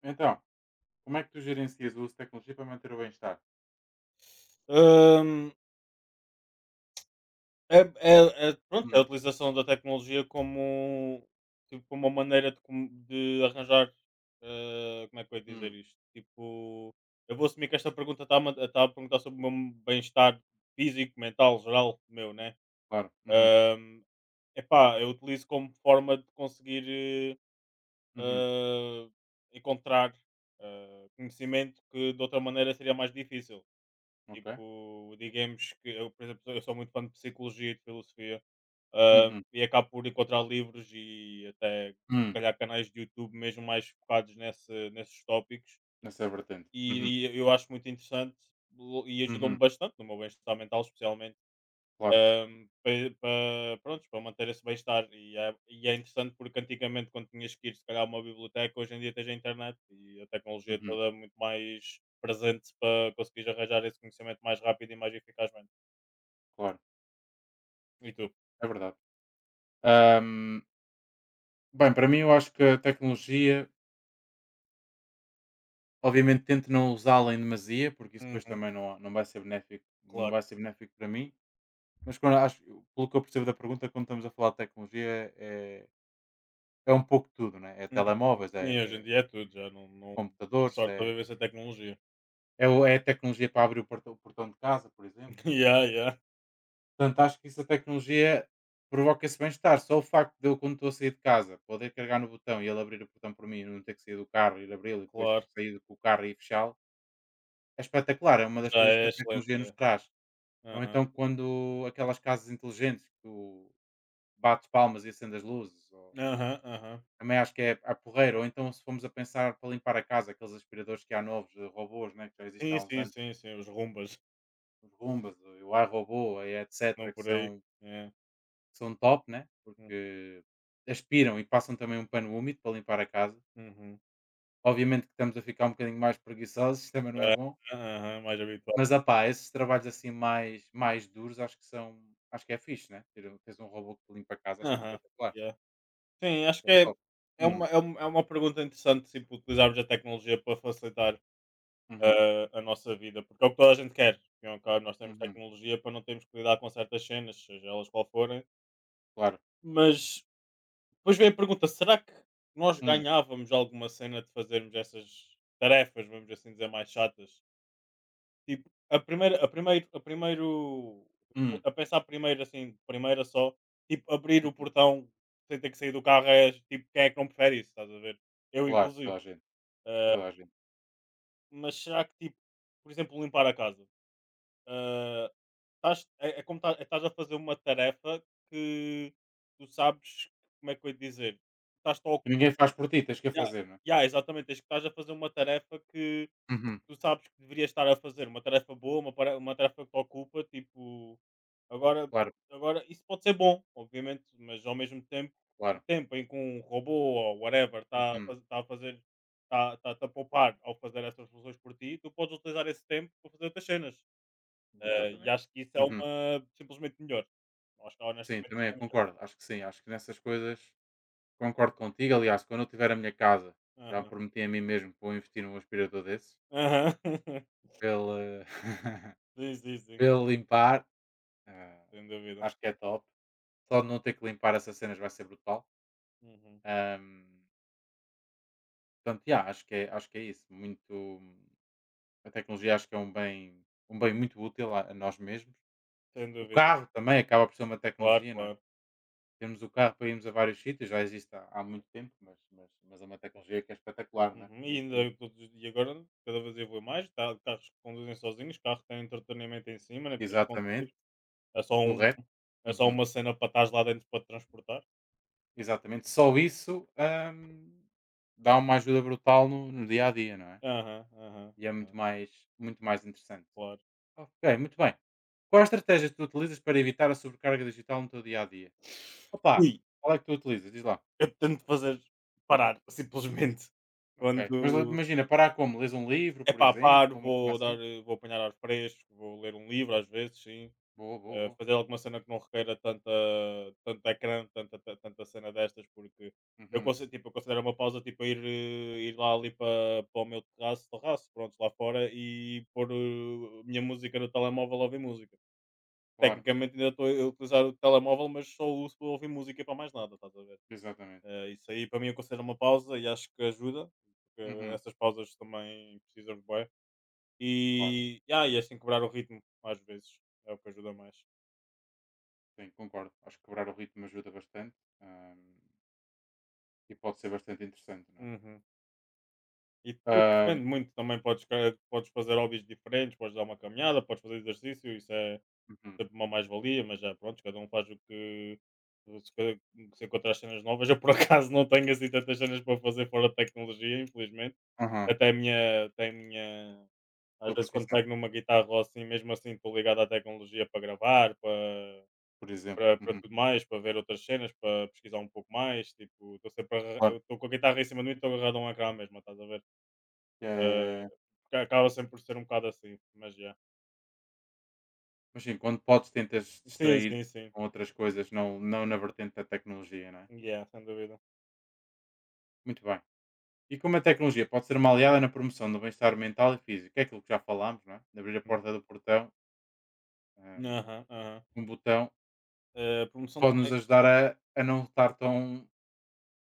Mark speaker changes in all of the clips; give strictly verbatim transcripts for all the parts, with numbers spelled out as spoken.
Speaker 1: Então, como é que tu gerencias o uso de tecnologia para manter o bem-estar?
Speaker 2: Hum, é, é- é- pronto, é a
Speaker 1: Hum,
Speaker 2: utilização da tecnologia como, tipo, como uma maneira de, com- de arranjar. Eh, como é que eu ia dizer
Speaker 1: hum,
Speaker 2: isto? Tipo, eu vou assumir que esta pergunta está a, tá a perguntar sobre o meu bem-estar físico, mental, geral, meu, né?
Speaker 1: claro. Uhum,
Speaker 2: Hum, Epá, eu utilizo como forma de conseguir eh,
Speaker 1: uhum,
Speaker 2: eh, encontrar eh, conhecimento que de outra maneira seria mais difícil.
Speaker 1: ok.
Speaker 2: Tipo, digamos que eu, por exemplo, eu sou muito fã de psicologia e de filosofia, ah,
Speaker 1: Uhum,
Speaker 2: e acabo por encontrar livros e até se
Speaker 1: hum,
Speaker 2: calhar canais de YouTube mesmo mais focados nesse, nesses tópicos,
Speaker 1: nessa vertente. Uhum,
Speaker 2: e, e eu acho muito interessante lo- e ajudou-me
Speaker 1: uhum,
Speaker 2: bastante no meu bem-estar mental, especialmente
Speaker 1: claro.
Speaker 2: Ahm, pa- pa- prontos, para manter esse bem-estar. E é, e é interessante porque antigamente, quando tinhas que ir, se calhar, a uma biblioteca, hoje em dia tens a internet e a tecnologia
Speaker 1: Uhum,
Speaker 2: toda é muito mais presente para conseguires arranjar esse conhecimento mais rápido e mais eficazmente.
Speaker 1: claro.
Speaker 2: E tu?
Speaker 1: É verdade. Ahm, Bem, para mim eu acho que a tecnologia, obviamente tento não usá-la em demasia, porque isso depois
Speaker 2: Uhum,
Speaker 1: também não, não vai ser benéfico, não
Speaker 2: claro.
Speaker 1: vai ser benéfico para mim. Mas quando acho, pelo que eu percebo da pergunta, quando estamos a falar de tecnologia, é, é um pouco tudo, né? É É
Speaker 2: Uhum.
Speaker 1: telemóveis, é,
Speaker 2: Sim, hoje em
Speaker 1: é
Speaker 2: dia é tudo, já não, não a
Speaker 1: computadores,
Speaker 2: sorte a
Speaker 1: é
Speaker 2: viver sem tecnologia.
Speaker 1: É, o- é a tecnologia para abrir o portão, o portão de casa, por exemplo. Não é?
Speaker 2: Yeah, yeah,
Speaker 1: Portanto, acho que isso a tecnologia provoca esse bem-estar. Só o facto de eu, quando estou a sair de casa, poder carregar no botão e ele abrir o portão por mim, não ter que sair do carro, ir abri-lo e depois
Speaker 2: claro,
Speaker 1: sair com o carro e fechá-lo, é espetacular. É uma das
Speaker 2: já
Speaker 1: coisas que
Speaker 2: é
Speaker 1: a
Speaker 2: excelente.
Speaker 1: tecnologia nos
Speaker 2: Já. É.
Speaker 1: traz. Ou
Speaker 2: Aham,
Speaker 1: então, quando aquelas casas inteligentes, que tu bates palmas e acendes as luzes, ou-
Speaker 2: aham, aham.
Speaker 1: também acho que é a porreira. Ou então, se formos a pensar para limpar a casa, aqueles aspiradores que há novos, eh, robôs, né, que já existem
Speaker 2: Sim,
Speaker 1: há uns
Speaker 2: sim,
Speaker 1: anos.
Speaker 2: sim, sim, os rumbas,
Speaker 1: Os Goombas, o iRobô, a etcétera,
Speaker 2: não
Speaker 1: que
Speaker 2: por aí.
Speaker 1: são,
Speaker 2: É.
Speaker 1: são top, né? Porque aspiram e passam também um pano úmido para limpar a casa.
Speaker 2: Uhum.
Speaker 1: Obviamente que estamos a ficar um bocadinho mais preguiçosos, isso também não é
Speaker 2: Ah,
Speaker 1: bom.
Speaker 2: aham, mais
Speaker 1: Mas,
Speaker 2: habituado.
Speaker 1: opá, esses trabalhos assim mais, mais duros, acho que são, acho que é fixe, né? Ter, teres um robô que te limpa a casa, acho que é
Speaker 2: Aham,
Speaker 1: espetacular.
Speaker 2: yeah. Sim, acho
Speaker 1: É
Speaker 2: que é
Speaker 1: top.
Speaker 2: é
Speaker 1: Hum,
Speaker 2: uma é uma é uma pergunta interessante, tipo, utilizarmos a tecnologia para facilitar,
Speaker 1: uhum,
Speaker 2: ah, a nossa vida, porque é o que toda a gente quer. Ao fim e nós temos
Speaker 1: uhum,
Speaker 2: tecnologia para não termos que lidar com certas cenas, seja elas qual forem,
Speaker 1: claro.
Speaker 2: mas depois vem a pergunta: será que nós
Speaker 1: Hum,
Speaker 2: ganhávamos alguma cena de fazermos essas tarefas, vamos assim dizer, mais chatas? Tipo, a primeira, a primeiro, a primeiro,
Speaker 1: hum,
Speaker 2: a pensar primeiro assim, primeira só, tipo, abrir o
Speaker 1: uhum,
Speaker 2: portão sem ter que sair do carro é tipo, quem é que não prefere isso, estás a ver? Eu
Speaker 1: claro, toda
Speaker 2: inclusive.
Speaker 1: a gente, toda a gente.
Speaker 2: Mas será que tipo, por exemplo, limpar a casa? ah, Estás, é, é como tá- estás a fazer uma tarefa que tu sabes, como é que eu ia dizer? Estás só.
Speaker 1: Ninguém faz por ti, tens que a
Speaker 2: Yeah,
Speaker 1: fazer, não é?
Speaker 2: yeah, exatamente, tens que estás a fazer uma tarefa que
Speaker 1: Uhum,
Speaker 2: tu sabes que deverias estar a fazer uma tarefa boa, uma, para- uma tarefa que te ocupa, tipo, agora,
Speaker 1: claro,
Speaker 2: agora isso pode ser bom, obviamente, mas ao mesmo tempo, o
Speaker 1: claro.
Speaker 2: tempo em que um robô ou whatever está a,
Speaker 1: Uhum,
Speaker 2: faz- tá a fazer, está tá, tá a poupar ao fazer essas funções por ti, tu podes utilizar esse tempo para fazer outras cenas. Eh, e
Speaker 1: exatamente.
Speaker 2: acho que isso é
Speaker 1: Uhum.
Speaker 2: uma simplesmente melhor. Acho que
Speaker 1: Sim,
Speaker 2: honestamente isso
Speaker 1: também eu
Speaker 2: é melhor.
Speaker 1: concordo. Acho que sim. Acho que nessas coisas concordo contigo. Aliás, quando eu tiver a minha casa, já
Speaker 2: Aham.
Speaker 1: prometi a mim mesmo que vou investir num aspirador desses
Speaker 2: Aham.
Speaker 1: para ele,
Speaker 2: Sim, sim, sim,
Speaker 1: para ele limpar. Ah,
Speaker 2: sem dúvida.
Speaker 1: acho que é top. Só de não ter que limpar essas cenas vai ser brutal.
Speaker 2: Uhum.
Speaker 1: Ahm, Portanto, yeah, acho, que é, acho que é isso. Muito, a tecnologia acho que é um bem, um bem muito útil a, a nós mesmos.
Speaker 2: Sem
Speaker 1: O
Speaker 2: dúvida.
Speaker 1: carro também acaba por ser uma
Speaker 2: Claro,
Speaker 1: tecnologia, não é?
Speaker 2: claro.
Speaker 1: Temos o carro para irmos a vários sítios, já existe há, há muito tempo, mas, mas, mas é uma tecnologia que é espetacular, não é?
Speaker 2: Uhum. E,
Speaker 1: Permite-nos.
Speaker 2: ainda, todos os- e agora cada vez evolui mais, tá, carros que conduzem sozinhos, carro que tem entretenimento em cima, nem tens de
Speaker 1: Exatamente,
Speaker 2: conduzir, é só, um,
Speaker 1: correto.
Speaker 2: é só
Speaker 1: Uhum,
Speaker 2: uma cena para estás lá dentro para te transportar.
Speaker 1: exatamente, só isso hum, dá uma ajuda brutal no, no dia a dia, não é?
Speaker 2: Aham, aham,
Speaker 1: E é
Speaker 2: aham,
Speaker 1: muito mais, muito mais interessante.
Speaker 2: claro.
Speaker 1: Ok, muito bem. Quais estratégias tu utilizas para evitar a sobrecarga digital no teu dia a dia? Opa,
Speaker 2: Ui,
Speaker 1: qual é que tu utilizas? Diz lá.
Speaker 2: eu tento fazer parar, simplesmente.
Speaker 1: Ok, mas le-
Speaker 2: Quando
Speaker 1: imagina, parar como? Lês um livro,
Speaker 2: é
Speaker 1: por
Speaker 2: pá,
Speaker 1: exemplo,
Speaker 2: paro,
Speaker 1: ou uma coisa
Speaker 2: vou,
Speaker 1: assim?
Speaker 2: dar, eh, vou apanhar ar fresco, vou ler um livro às vezes, sim.
Speaker 1: Boa, boa,
Speaker 2: Eh,
Speaker 1: boa.
Speaker 2: fazer alguma cena que não requeira tanta, tanto ecrã, tanta, ta- tanta cena destas, porque eu,
Speaker 1: Uhum,
Speaker 2: conse- tipo, eu considero uma pausa tipo ir, eh, ir lá ali para, para o meu terraço, terraço, pronto, lá fora e pôr eh, a minha música no telemóvel a ouvir música.
Speaker 1: claro,
Speaker 2: Tecnicamente ainda estou a utilizar o telemóvel, mas só o uso para ouvir música e para mais nada, estás a ver?
Speaker 1: exatamente.
Speaker 2: Eh, isso aí para mim eu considero uma pausa e acho que ajuda, porque
Speaker 1: Uhum.
Speaker 2: essas pausas também precisam de bué.
Speaker 1: Claro,
Speaker 2: E, ah, e assim quebrar o ritmo, às vezes, é o que ajuda mais.
Speaker 1: sim, concordo. Acho que quebrar o ritmo ajuda bastante, hum, e pode ser bastante interessante, não é?
Speaker 2: Uhum. E depois
Speaker 1: Hum,
Speaker 2: depende muito também, podes, ca- podes fazer hobbies diferentes, podes dar uma caminhada, podes fazer exercício, isso é
Speaker 1: uhum,
Speaker 2: sempre uma mais-valia, mas já pronto, cada um faz o que se, cada- se encontrar cenas novas. Eu por acaso não tenho assim tantas cenas para fazer fora de tecnologia, infelizmente.
Speaker 1: aham,
Speaker 2: Até a minha, até a minha. Às
Speaker 1: tua
Speaker 2: vezes quando
Speaker 1: profissão,
Speaker 2: pego numa guitarra ou assim, mesmo assim estou ligado à tecnologia para gravar, para,
Speaker 1: por exemplo.
Speaker 2: para, para
Speaker 1: Uhum,
Speaker 2: tudo mais, para ver outras cenas, para pesquisar um pouco mais. Tipo, estou sempre a-
Speaker 1: claro.
Speaker 2: eu estou com a guitarra em cima de mim e estou agarrado a um ecrã mesmo, estás a ver?
Speaker 1: Yeah, yeah, yeah,
Speaker 2: Eh,
Speaker 1: yeah.
Speaker 2: Porque acaba sempre por ser um bocado assim, mas yeah.
Speaker 1: Mas sim, quando podes, tentas
Speaker 2: Sim,
Speaker 1: distrair-te
Speaker 2: sim, sim.
Speaker 1: com outras coisas, não, não na vertente da tecnologia, não é?
Speaker 2: Yeah, sem dúvida.
Speaker 1: Muito bem. E como a tecnologia pode ser uma aliada na promoção do bem-estar mental e físico, é aquilo que já falámos, não é? De abrir a
Speaker 2: Hum.
Speaker 1: porta do portão, hum,
Speaker 2: Aham, aham.
Speaker 1: um botão,
Speaker 2: Eh, promoção de
Speaker 1: pode nos
Speaker 2: peixe.
Speaker 1: ajudar a, a não estar tão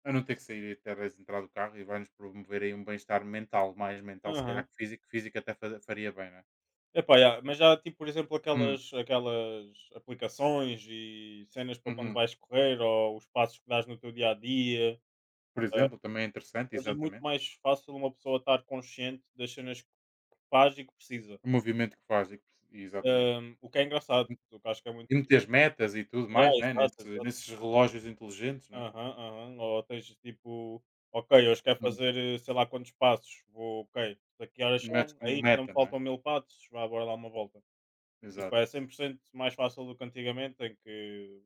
Speaker 1: a não ter que sair até vezes entrar do carro e vai-nos promover aí um bem-estar mental, mais mental se calhar
Speaker 2: Aham.
Speaker 1: que físico, físico até fa- faria bem, não é?
Speaker 2: Epá, yeah, mas já tipo, por exemplo,
Speaker 1: Hum,
Speaker 2: aquelas, aquelas aplicações e cenas para quando
Speaker 1: uhum.
Speaker 2: vais correr ou os passos que dás no teu dia a dia.
Speaker 1: Por exemplo, também é interessante,
Speaker 2: Hoje é muito
Speaker 1: exatamente,
Speaker 2: mais fácil uma pessoa estar consciente das cenas que faz e que precisa.
Speaker 1: o movimento que faz, e, que e exatamente.
Speaker 2: Hum, o que é engraçado, o que acho que é muito.
Speaker 1: E meter metas e tudo
Speaker 2: Yeah,
Speaker 1: mais, né?
Speaker 2: exato,
Speaker 1: Nesse,
Speaker 2: exato.
Speaker 1: nesses relógios inteligentes, né?
Speaker 2: Aham, aham. Ou tens tipo, ok, hoje quero
Speaker 1: Hum,
Speaker 2: fazer eh, sei lá quantos passos, vou, ok, daqui a horas
Speaker 1: e metes
Speaker 2: são,
Speaker 1: como
Speaker 2: aí não me
Speaker 1: meta, não é?
Speaker 2: faltam mil passos, vá agora dar uma volta. Tipo,
Speaker 1: Exato.
Speaker 2: é cem por cento mais fácil do que antigamente, em que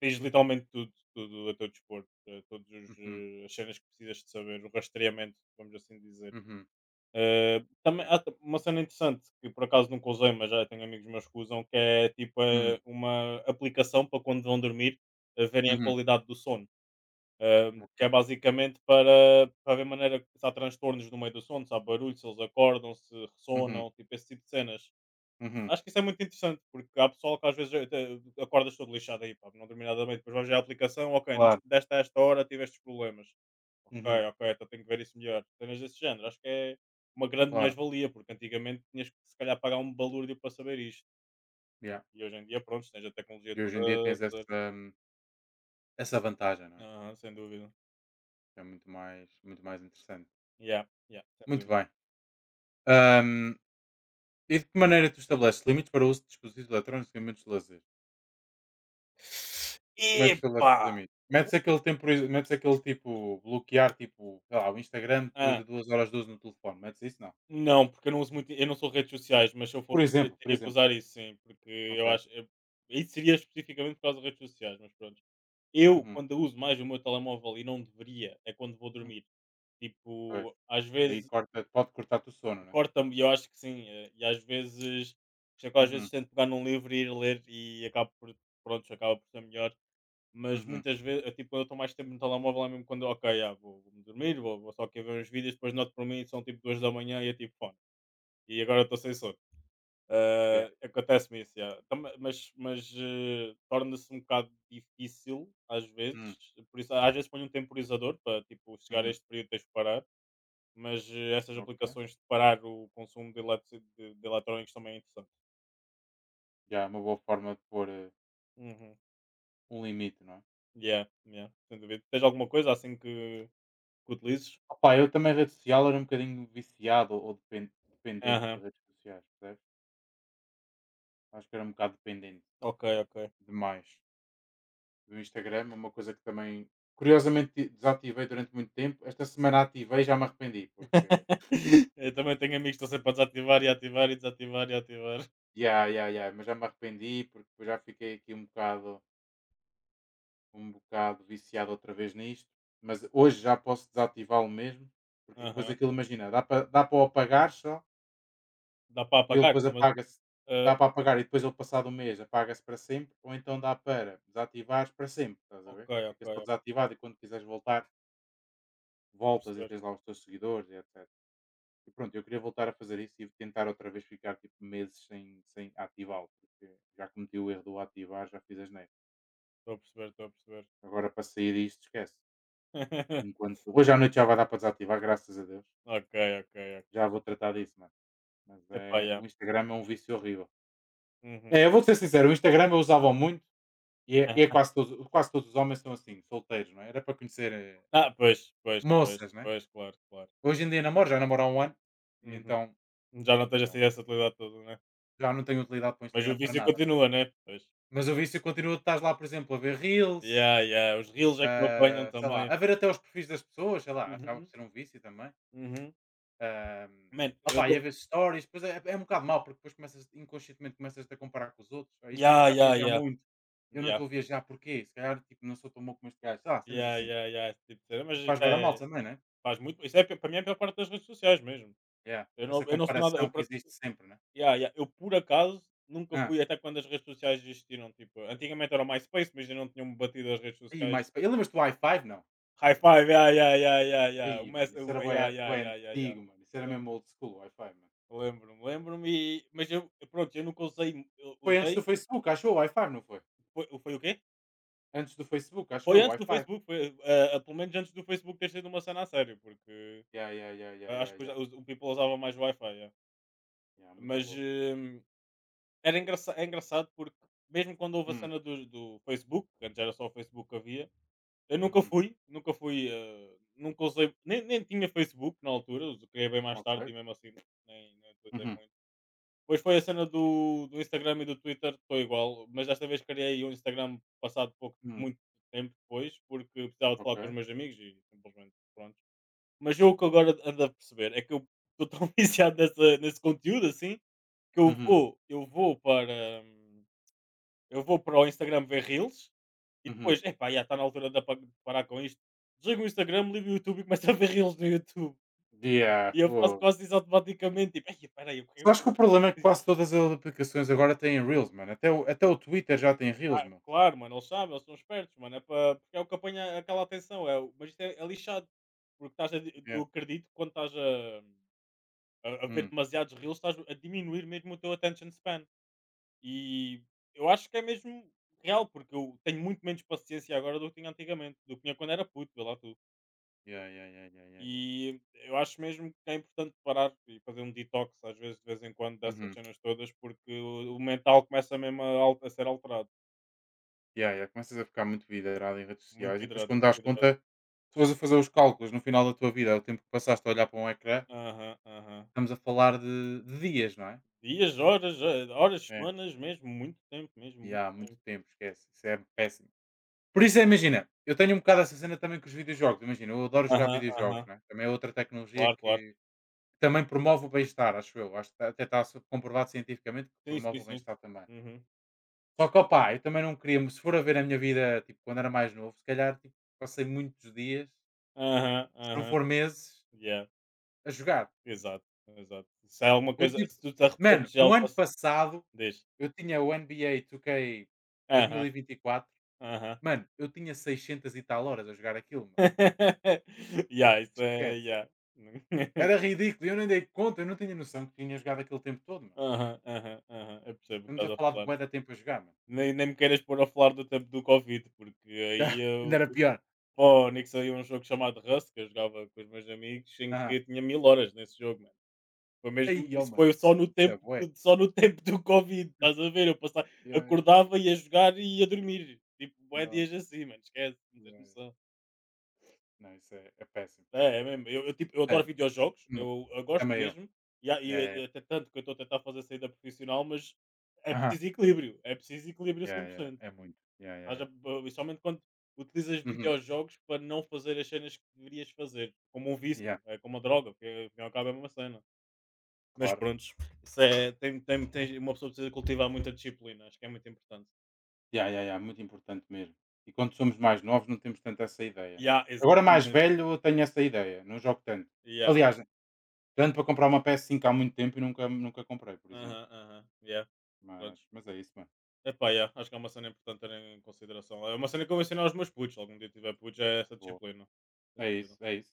Speaker 2: tens literalmente tudo, tudo a teu dispor, eh, todas
Speaker 1: Uhum,
Speaker 2: as cenas que precisas de saber, o rastreamento, vamos assim dizer.
Speaker 1: uhum,
Speaker 2: Eh, também
Speaker 1: yeah.
Speaker 2: há t- uma cena interessante que por acaso nunca usei, mas já tenho amigos meus que usam, que é tipo
Speaker 1: Hum,
Speaker 2: eh, uma aplicação para quando vão dormir, a verem a
Speaker 1: uhum.
Speaker 2: qualidade do sono. Ahm, que é
Speaker 1: Ok.
Speaker 2: basicamente para, para ver maneira que se há transtornos no meio do sono, se há barulho, se eles acordam, se
Speaker 1: Uhum,
Speaker 2: ressonam, tipo esse tipo de cenas.
Speaker 1: uhum,
Speaker 2: Acho que isso é muito interessante, porque há pessoal que às vezes até acordas todo lixado aí, pá, não dormi nada bem, depois vais ver a aplicação, ok, neste-
Speaker 1: claro,
Speaker 2: desta a esta hora tive estes problemas. Ok,
Speaker 1: uhum,
Speaker 2: ok, então tenho que ver isso melhor. Cenas desse género, acho que é uma grande
Speaker 1: claro.
Speaker 2: mais-valia, porque antigamente tinhas que se calhar pagar um balúrdio para saber isto.
Speaker 1: Yeah.
Speaker 2: E hoje em dia, pronto, tens a tecnologia
Speaker 1: E hoje em dia
Speaker 2: toda a
Speaker 1: tens
Speaker 2: dizer.
Speaker 1: essa, hum, essa vantagem, não é?
Speaker 2: Aham, sem dúvida.
Speaker 1: É muito mais, muito mais interessante.
Speaker 2: Yeah, yeah, sem
Speaker 1: Muito
Speaker 2: dúvida.
Speaker 1: bem. Ahm, e de que maneira tu estabeleces limites para o uso de dispositivos eletrónicos e momentos de lazer? Como é que estabeleces os
Speaker 2: Epá!
Speaker 1: limites? Metes aquele tempo, metes aquele tipo, bloquear, tipo, sei lá, o Instagram depois
Speaker 2: ah
Speaker 1: de duas horas doze no telefone. Metes isso? Não.
Speaker 2: Não, porque eu não uso muito eu não sou redes sociais, mas se eu
Speaker 1: Por
Speaker 2: fosse eu
Speaker 1: exemplo, por
Speaker 2: teria que
Speaker 1: exemplo.
Speaker 2: usar isso sim, porque
Speaker 1: Ok.
Speaker 2: eu acho eu isso seria especificamente por causa de redes sociais, mas pronto. Eu,
Speaker 1: Uhum.
Speaker 2: quando eu uso mais o meu telemóvel e não deveria, é quando vou
Speaker 1: Hum,
Speaker 2: dormir.
Speaker 1: pois.
Speaker 2: Tipo, às
Speaker 1: Aí
Speaker 2: vezes
Speaker 1: corta, pode cortar-te o sono, né?
Speaker 2: corta-me e eu acho que sim, eh, e às vezes por isso é que eu às
Speaker 1: Uhum.
Speaker 2: vezes tento pegar num livro e ir ler e acabo por prontos, acaba por ser melhor, mas
Speaker 1: Uhum.
Speaker 2: muitas vezes eu, tipo, quando eu estou mais tempo no telemóvel é mesmo quando: "Ok, ah, vou vou-me dormir, vou vou só aqui ver uns vídeos", depois noto para mim são tipo duas da manhã e é tipo: "Fo" e agora estou sem sono.
Speaker 1: Yeah.
Speaker 2: Ah, acontece-me isso, yeah. Tama- mas, mas eh, torna-se um bocado difícil às
Speaker 1: Uhum.
Speaker 2: vezes, por isso, às vezes ponho um temporizador para tipo, chegar a
Speaker 1: Uhum.
Speaker 2: este período tens de parar, mas eh, essas
Speaker 1: Ok.
Speaker 2: aplicações de parar o consumo de, eletri- de- de eletrónicos também é interessante.
Speaker 1: Já é uma boa forma de pôr eh,
Speaker 2: Uhum.
Speaker 1: um limite, não é?
Speaker 2: Yeah, yeah, sem dúvida. Tens alguma coisa assim que, que utilizes?
Speaker 1: Opa, eu também rede social era um bocadinho viciado ou depen- dependente de
Speaker 2: Aham,
Speaker 1: redes sociais, percebes? Acho que era um bocado dependente
Speaker 2: ok,
Speaker 1: eh,
Speaker 2: ok.
Speaker 1: demais do Instagram, é uma coisa que também curiosamente de- desativei durante muito tempo. Esta semana ativei e já me arrependi, porque
Speaker 2: Eu também tenho amigos que estão sempre a desativar e ativar e desativar e ativar.
Speaker 1: ya, ya, ya, mas já me arrependi porque depois já fiquei aqui um bocado, um bocado viciado outra vez nisto, mas hoje já posso desativá-lo mesmo, porque depois
Speaker 2: Aham.
Speaker 1: aquilo imagina, dá para dá para o apagar só
Speaker 2: Dá para
Speaker 1: e ele
Speaker 2: apagar?
Speaker 1: depois
Speaker 2: Como-
Speaker 1: apaga-se.
Speaker 2: ah,
Speaker 1: Dá para apagar e depois ele passado um mês apaga-se para sempre, ou então dá para desativar para sempre, estás a
Speaker 2: ok,
Speaker 1: ver? E fica só
Speaker 2: ok.
Speaker 1: desativado e quando quiseres voltar,
Speaker 2: Estou a
Speaker 1: voltas e
Speaker 2: perceber,
Speaker 1: tens lá os teus seguidores e etcétera. E pronto, eu queria voltar a fazer isso e tentar outra vez ficar tipo meses sem, sem ativá-lo, porque já cometi o erro do ativar, já fiz as neiras.
Speaker 2: estou a perceber, Estou a perceber.
Speaker 1: Agora para sair disto, esquece. Enquanto hoje à noite já vai dar para desativar, graças a Deus.
Speaker 2: Ok, ok, ok.
Speaker 1: Já vou tratar disso, mano. Mas
Speaker 2: Epá,
Speaker 1: é,
Speaker 2: yeah.
Speaker 1: o Instagram é um vício horrível.
Speaker 2: Uhum.
Speaker 1: É, eu vou ser sincero, o Instagram eu usava muito e é, e é
Speaker 2: Aham.
Speaker 1: quase, todos, quase todos os homens são assim, solteiros, não é? Era para conhecer eh,
Speaker 2: Ah, pois, pois, pois,
Speaker 1: moças, não é?
Speaker 2: pois, claro, claro.
Speaker 1: Hoje em dia namoro, já namoro há um ano, e
Speaker 2: Uhum.
Speaker 1: então
Speaker 2: Já não tens assim
Speaker 1: não,
Speaker 2: essa utilidade toda, né?
Speaker 1: já não tenho utilidade para o
Speaker 2: Mas
Speaker 1: Instagram
Speaker 2: o
Speaker 1: para
Speaker 2: vício
Speaker 1: nada,
Speaker 2: continua, né? Pois.
Speaker 1: mas o vício continua, tu estás lá, por exemplo, a ver reels,
Speaker 2: Yeah, yeah. Os reels é que me apanham
Speaker 1: ah, sei lá,
Speaker 2: também.
Speaker 1: a ver até os perfis das pessoas, sei lá, acaba por
Speaker 2: Uhum.
Speaker 1: ser um vício também.
Speaker 2: Uhum.
Speaker 1: Ahm,
Speaker 2: Man,
Speaker 1: opá,
Speaker 2: eu
Speaker 1: e a
Speaker 2: dou.
Speaker 1: ver stories, depois é, é é um bocado mau, porque depois começas, inconscientemente começas a comparar com os outros. Ah, este gajo
Speaker 2: Yeah,
Speaker 1: está a
Speaker 2: yeah,
Speaker 1: viajar
Speaker 2: yeah.
Speaker 1: muito, eu não
Speaker 2: Yeah,
Speaker 1: estou a viajar, porquê? Se calhar, tipo, não sou tão bom como este gajo, sei lá, cenas
Speaker 2: yeah,
Speaker 1: assim.
Speaker 2: yeah, yeah. Esse tipo de cena. Mas
Speaker 1: E
Speaker 2: isso
Speaker 1: faz bada mal
Speaker 2: é.
Speaker 1: também, né?
Speaker 2: Faz muito. Isso é, para mim é a pior parte das redes sociais mesmo.
Speaker 1: Yeah.
Speaker 2: Eu
Speaker 1: Essa
Speaker 2: não, eu não sou nada.
Speaker 1: comparação
Speaker 2: Eu,
Speaker 1: que
Speaker 2: por
Speaker 1: existe sempre, né?
Speaker 2: ya, ya. Eu, por acaso, nunca
Speaker 1: Ah,
Speaker 2: fui até quando as redes sociais existiram. Tipo, antigamente era o MySpace, mas eu não tinham batido as redes
Speaker 1: e o
Speaker 2: sociais.
Speaker 1: MySpace, eu lembras-te do i cinco? Não.
Speaker 2: High five, ya, ya, ya, ya, ya. O
Speaker 1: Aí, mano,
Speaker 2: Mess,
Speaker 1: isso era
Speaker 2: o- ya, ya,
Speaker 1: bem
Speaker 2: ya, ya, ya.
Speaker 1: antigo, mano, isso era
Speaker 2: Ya.
Speaker 1: mesmo old school, o hai faive, mano.
Speaker 2: Lembro-me, lembro-me. e- Mas eu, eu- pronto, eu nunca usei. Eu
Speaker 1: Foi antes do
Speaker 2: usei.
Speaker 1: Facebook, achou o hai faive, não foi?
Speaker 2: Foi, foi o quê?
Speaker 1: Antes do Facebook, acho
Speaker 2: Foi
Speaker 1: eu, o
Speaker 2: antes do
Speaker 1: Wi-Fi.
Speaker 2: Facebook, foi, ah, ah, pelo menos antes do Facebook ter sido uma cena a sério, porque
Speaker 1: Yeah, yeah, yeah, yeah,
Speaker 2: ah,
Speaker 1: yeah,
Speaker 2: acho que
Speaker 1: yeah.
Speaker 2: usa- o people usava mais Wi-Fi. Ya.
Speaker 1: Yeah, muito
Speaker 2: Mas
Speaker 1: louco.
Speaker 2: hum, era engraça- é engraçado porque, mesmo quando houve a
Speaker 1: Hum,
Speaker 2: cena do, do Facebook, que antes era só o Facebook que havia. Eu nunca
Speaker 1: uhum.
Speaker 2: fui, nunca fui, eh, nunca usei, nem, nem tinha Facebook na altura, eu criei bem mais tarde
Speaker 1: Ok.
Speaker 2: e mesmo assim nem, nem utilizei
Speaker 1: Uhum,
Speaker 2: muito. Depois foi a cena do, do Instagram e do Twitter, estou igual, mas desta vez criei o Instagram passado pouco,
Speaker 1: uhum.
Speaker 2: muito tempo depois, porque precisava de
Speaker 1: Ok.
Speaker 2: falar com os meus amigos e simplesmente pronto. Mas eu o que agora ando a perceber é que eu estou tão viciado nessa, nesse conteúdo assim que eu
Speaker 1: Uhum,
Speaker 2: vou, eu vou para. hum, eu vou para o Instagram ver reels e
Speaker 1: uhum.
Speaker 2: depois, epá, já está na altura de apa- de parar com isto. Desligo o Instagram, ligo o YouTube e começo a ver reels no YouTube.
Speaker 1: Yeah,
Speaker 2: E eu faço
Speaker 1: fogo.
Speaker 2: quase isso automaticamente. Tipo, "Ei, espera aí, o que é
Speaker 1: Só
Speaker 2: eu
Speaker 1: acho
Speaker 2: tenho
Speaker 1: que o
Speaker 2: que
Speaker 1: problema é que
Speaker 2: fazer?"
Speaker 1: quase
Speaker 2: isto?"
Speaker 1: todas as aplicações agora têm Reels, mano. Até o, até o Twitter já tem Reels,
Speaker 2: Ah,
Speaker 1: mano.
Speaker 2: claro, mano, eles sabem, eles são espertos, mano. É para, porque é o que apanha aquela atenção. É, o- mas isto é, é lixado. Porque estás a di- eu
Speaker 1: Yeah.
Speaker 2: acredito que quando estás a, a, a ver
Speaker 1: Hum.
Speaker 2: demasiados reels, estás a diminuir mesmo o teu attention span. E eu acho que é mesmo real, porque eu tenho muito menos paciência agora do que tinha antigamente, do que tinha quando era puto, vê lá tu.
Speaker 1: Yeah, yeah, yeah, yeah, yeah, yeah.
Speaker 2: E eu acho mesmo que é importante parar e fazer um detox, às vezes, de vez em quando, dessas
Speaker 1: Uhum.
Speaker 2: cenas todas, porque o o mental começa mesmo a, al- a ser alterado.
Speaker 1: Yeah, yeah. Começas a ficar muito vidrado em redes sociais
Speaker 2: Muito
Speaker 1: e depois
Speaker 2: hidrato,
Speaker 1: quando das
Speaker 2: muito hidrato.
Speaker 1: conta, se fores a fazer os cálculos no final da tua vida, é o tempo que passaste a olhar para um ecrã,
Speaker 2: Aham, aham.
Speaker 1: estamos a falar de, de dias, não é?
Speaker 2: Dias, horas, eh, horas, semanas, mesmo, muito tempo, mesmo,
Speaker 1: E
Speaker 2: muito
Speaker 1: há muito
Speaker 2: tempo.
Speaker 1: tempo, esquece. Isso é péssimo. Por isso, é, imagina, eu tenho um bocado essa cena também com os videojogos. Imagina, eu adoro jogar
Speaker 2: Aham,
Speaker 1: videojogos,
Speaker 2: aham.
Speaker 1: né? Também é outra tecnologia
Speaker 2: Claro, claro.
Speaker 1: que também promove o bem-estar, acho eu. Acho que tá- até está comprovado cientificamente que
Speaker 2: Sim, sim,
Speaker 1: promove o
Speaker 2: sim.
Speaker 1: bem-estar também.
Speaker 2: Uhum.
Speaker 1: Só que, opá, eu também não queria, se for a ver a minha vida, tipo, quando era mais novo, se calhar, tipo, passei muitos dias,
Speaker 2: Aham,
Speaker 1: se não
Speaker 2: aham.
Speaker 1: for meses,
Speaker 2: Yeah.
Speaker 1: a jogar.
Speaker 2: Exato, exato. Se há alguma
Speaker 1: Eu,
Speaker 2: coisa
Speaker 1: tipo,
Speaker 2: se tu te
Speaker 1: mano,
Speaker 2: arrependes de
Speaker 1: no
Speaker 2: alguma
Speaker 1: ano
Speaker 2: ce
Speaker 1: passado,
Speaker 2: diz.
Speaker 1: eu tinha o N B A dois K
Speaker 2: Aham,
Speaker 1: dois mil e vinte e quatro.
Speaker 2: aham.
Speaker 1: Mano, eu tinha seiscentas e tal horas a jogar aquilo, meu.
Speaker 2: Yeah, isso é
Speaker 1: Esquece.
Speaker 2: yeah.
Speaker 1: Era ridículo, eu nem dei conta, eu não tinha noção que tinha jogado aquele tempo todo, meu.
Speaker 2: Aham, aham, aham. Eu percebo o que
Speaker 1: Estamos a
Speaker 2: estás a
Speaker 1: falar de
Speaker 2: falar.
Speaker 1: bué tempo a jogar, mano.
Speaker 2: Nem nem me queiras pôr a falar do tempo do covid, porque aí
Speaker 1: Ainda
Speaker 2: eu
Speaker 1: era pior.
Speaker 2: oh, nem que saiu um jogo chamado Rust, que eu jogava com os meus amigos, em que
Speaker 1: Aham.
Speaker 2: eu tinha mil horas nesse jogo, mano. Foi mesmo
Speaker 1: Aí, ó,
Speaker 2: isso
Speaker 1: mano.
Speaker 2: foi só no
Speaker 1: Isso é
Speaker 2: tempo
Speaker 1: bué.
Speaker 2: do só no tempo do covid, estás a ver? Eu passava
Speaker 1: Yeah, yeah.
Speaker 2: acordava, ia jogar e ia dormir. Tipo, bué
Speaker 1: Nossa.
Speaker 2: dias assim, mano, esquece, não
Speaker 1: Yeah,
Speaker 2: tens
Speaker 1: yeah.
Speaker 2: noção.
Speaker 1: Não, isso é, é péssimo.
Speaker 2: É, é mesmo. Eu eu, tipo, eu adoro
Speaker 1: É.
Speaker 2: videojogos,
Speaker 1: Hum.
Speaker 2: eu eu gosto
Speaker 1: Também eu.
Speaker 2: mesmo, e a
Speaker 1: Yeah, yeah.
Speaker 2: e
Speaker 1: Yeah.
Speaker 2: eh, até tanto que eu estou a tentar fazer saída profissional, mas é
Speaker 1: Aham.
Speaker 2: preciso equilíbrio, é preciso equilíbrio a
Speaker 1: Yeah, yeah. Yeah.
Speaker 2: cem por cento.
Speaker 1: É muito. Yeah, yeah,
Speaker 2: Estás a
Speaker 1: yeah.
Speaker 2: ba principalmente quando utilizas
Speaker 1: Uhum.
Speaker 2: videojogos para não fazer as cenas que deverias fazer, como um vício,
Speaker 1: Yeah,
Speaker 2: é como uma droga, porque ao fim ao cabo é a cena. Mas
Speaker 1: claro.
Speaker 2: pronto isso é tem tem tem uma pessoa precisa cultivar muita disciplina, acho que é muito importante.
Speaker 1: Ya, ya, ya, muito importante mesmo. E quando somos mais novos não temos tanto essa ideia, né?
Speaker 2: Yeah,
Speaker 1: Agora mais
Speaker 2: exatamente.
Speaker 1: velho eu tenho essa ideia, não jogo tanto.
Speaker 2: Yeah.
Speaker 1: Aliás, já ando para comprar uma P S cinco há muito tempo e nunca, nunca comprei, por exemplo.
Speaker 2: Aham, aham, yeah.
Speaker 1: Mas,
Speaker 2: Pronto.
Speaker 1: mas é isso, mano.
Speaker 2: Epá, yeah, acho que é uma cena importante ter em consideração. É uma cena que eu vou ensinar aos meus putos, se algum dia tiver putos, é essa
Speaker 1: Boa.
Speaker 2: disciplina.
Speaker 1: É isso, é isso.